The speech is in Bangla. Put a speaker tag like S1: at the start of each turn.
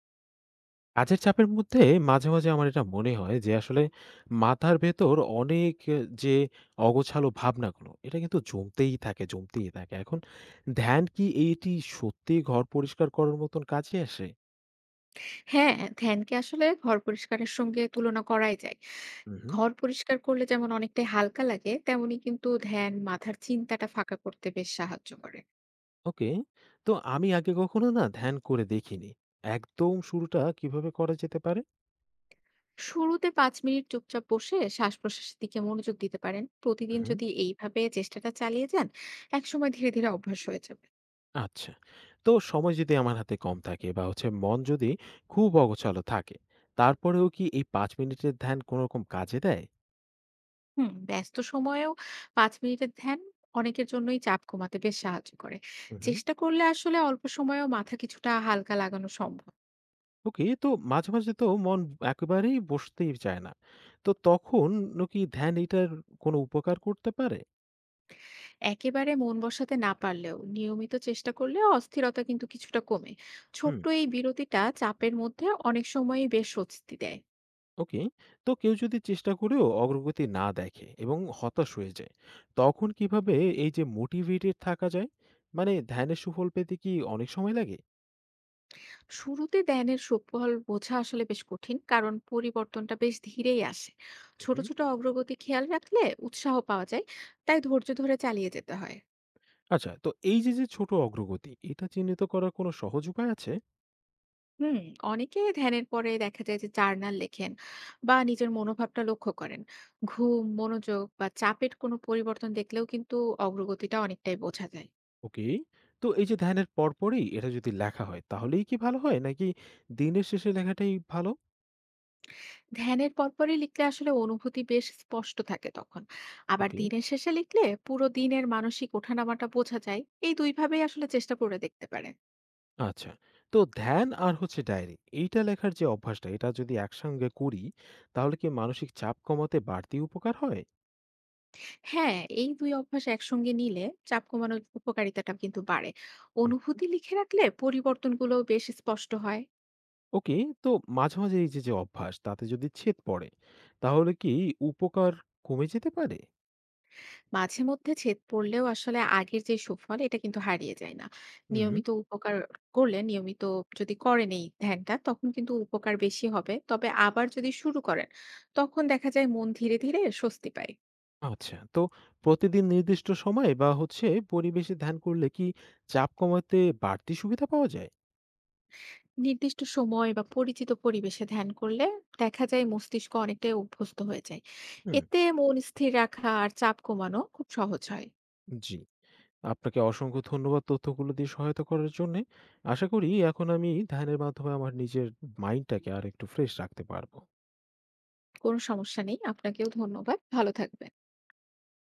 S1: কাজের চাপের মধ্যে মাঝে, মাঝে আমার এটা মনে হয় যে আসলে মাথার ভেতর অনেক এ যে অগোছালো ভাবনাগুলো, এটা কিন্তু জমতেই থাকে, জমতেই থাকে। এখন ধ্যান কি এইটি সত্যিই ঘর পরিষ্কার করার মতন কাজে আসে?
S2: হ্যাঁ, ধ্যানকে আসলে ঘর পরিষ্কারের সঙ্গে তুলনা করাই যায়।
S1: হুম, হুম।
S2: ঘর পরিষ্কার করলে যেমন অনেকটাই হালকা লাগে, তেমনি কিন্তু ধ্যান মাথার চিন্তাটা ফাঁকা করতে বেশ সাহায্য করে।
S1: ওকে। তো আমি আগে কখনো না ধ্যান করে দেখিনি। একদম শুরুটা কিভাবে করা যেতে পারে?
S2: শুরুতে ৫ মিনিট চুপচাপ বসে শ্বাস-প্রশ্বাসের দিকে মনোযোগ দিতে পারেন। প্রতিদিন
S1: হুম,
S2: যদি এইভাবে চেষ্টাটা চালিয়ে যান, একসময় ধীরে ধীরে অভ্যাস হয়ে যাবে।
S1: আচ্ছা। তো সময় যদি আমার হাতে কম থাকে বা হচ্ছে মন যদি খুব অগোছালো থাকে, তারপরেও কি এই ৫ মিনিটের ধ্যান কোনরকম কাজে দেয়?
S2: হুম, ব্যস্ত সময়েও ৫ মিনিটের ধ্যান অনেকের জন্যই চাপ কমাতে বেশ সাহায্য করে।
S1: হুম, হুম।
S2: চেষ্টা করলে আসলে অল্প সময়েও মাথা কিছুটা হালকা লাগানো সম্ভব।
S1: ওকে, তো মাঝে, মাঝে তো মন একেবারেই বসতেই চায় না। তো তখন ও কি ধ্যান এটার কোনো উপকার করতে পারে?
S2: একেবারে মন বসাতে না পারলেও নিয়মিত চেষ্টা করলে অস্থিরতা কিন্তু কিছুটা কমে।
S1: হুম,
S2: ছোট্ট এই বিরতিটা চাপের মধ্যে অনেক সময়ই বেশ স্বস্তি দেয়।
S1: ওকে। তো কেউ যদি চেষ্টা করেও অগ্রগতি না দেখে এবং হতাশ হয়ে যায়, তখন কিভাবে এই যে মোটিভেটেড থাকা যায়? মানে ধ্যানের সুফল পেতে কি অনেক সময় লাগে?
S2: শুরুতে ধ্যানের সুফল বোঝা আসলে বেশ কঠিন, কারণ পরিবর্তনটা বেশ ধীরেই আসে। ছোট
S1: উহু।
S2: ছোট অগ্রগতি খেয়াল রাখলে উৎসাহ পাওয়া যায়। তাই ধৈর্য ধরে চালিয়ে যেতে হয়।
S1: আচ্ছা, তো এই যে ছোট অগ্রগতি, এটা চিহ্নিত করার কোনো সহজ উপায় আছে?
S2: হুম। অনেকে ধ্যানের পরে দেখা যায় যে জার্নাল লেখেন বা নিজের মনোভাবটা লক্ষ্য করেন। ঘুম, মনোযোগ বা চাপের কোনো পরিবর্তন দেখলেও কিন্তু অগ্রগতিটা অনেকটাই বোঝা যায়।
S1: ওকে। তো এই যে ধ্যানের পরপরই এটা যদি লেখা হয়, তাহলেই কি ভালো হয়? নাকি দিনের শেষে লেখাটাই ভালো?
S2: ধ্যানের পরপরই লিখলে আসলে অনুভূতি বেশ স্পষ্ট থাকে তখন। আবার
S1: ওকে।
S2: দিনের শেষে লিখলে পুরো দিনের মানসিক ওঠানামাটা বোঝা যায়। এই দুইভাবেই আসলে চেষ্টা করে দেখতে পারেন।
S1: আচ্ছা। তো ধ্যান আর হচ্ছে ডায়েরি এইটা লেখার যে অভ্যাসটা এটা যদি একসঙ্গে করি তাহলে কি মানসিক চাপ কমাতে বাড়তি উপকার হয়?
S2: হ্যাঁ, এই দুই অভ্যাস একসঙ্গে নিলে চাপ কমানোর উপকারিতাটা কিন্তু বাড়ে।
S1: হুম।
S2: অনুভূতি লিখে রাখলে পরিবর্তনগুলো বেশ স্পষ্ট হয়।
S1: ওকে, তো মাঝে, মাঝে এই যে অভ্যাস তাতে যদি ছেদ পড়ে তাহলে কি উপকার কমে যেতে পারে?
S2: মাঝে মধ্যে ছেদ পড়লেও আসলে আগের যে সুফল, এটা কিন্তু হারিয়ে যায় না।
S1: হুম।
S2: নিয়মিত উপকার করলে নিয়মিত যদি করেন এই ধ্যানটা, তখন কিন্তু উপকার বেশি হবে। তবে আবার যদি শুরু করেন, তখন দেখা যায় মন ধীরে ধীরে স্বস্তি পায়।
S1: আচ্ছা। তো প্রতিদিন নির্দিষ্ট সময়ে বা হচ্ছে পরিবেশে ধ্যান করলে কি চাপ কমাতে বাড়তি সুবিধা পাওয়া যায়?
S2: নির্দিষ্ট সময় বা পরিচিত পরিবেশে ধ্যান করলে দেখা যায় মস্তিষ্ক অনেকটাই অভ্যস্ত হয়ে যায়।
S1: হুম।
S2: এতে মন স্থির রাখা আর চাপ কমানো খুব সহজ হয়।
S1: জি। আপনাকে অসংখ্য ধন্যবাদ তথ্যগুলো দিয়ে সহায়তা করার জন্যে। আশা করি এখন আমি ধ্যানের মাধ্যমে আমার নিজের মাইন্ডটাকে আরেকটু ফ্রেশ রাখতে পারবো।
S2: কোনো সমস্যা নেই। আপনাকেও ধন্যবাদ। ভালো থাকবেন।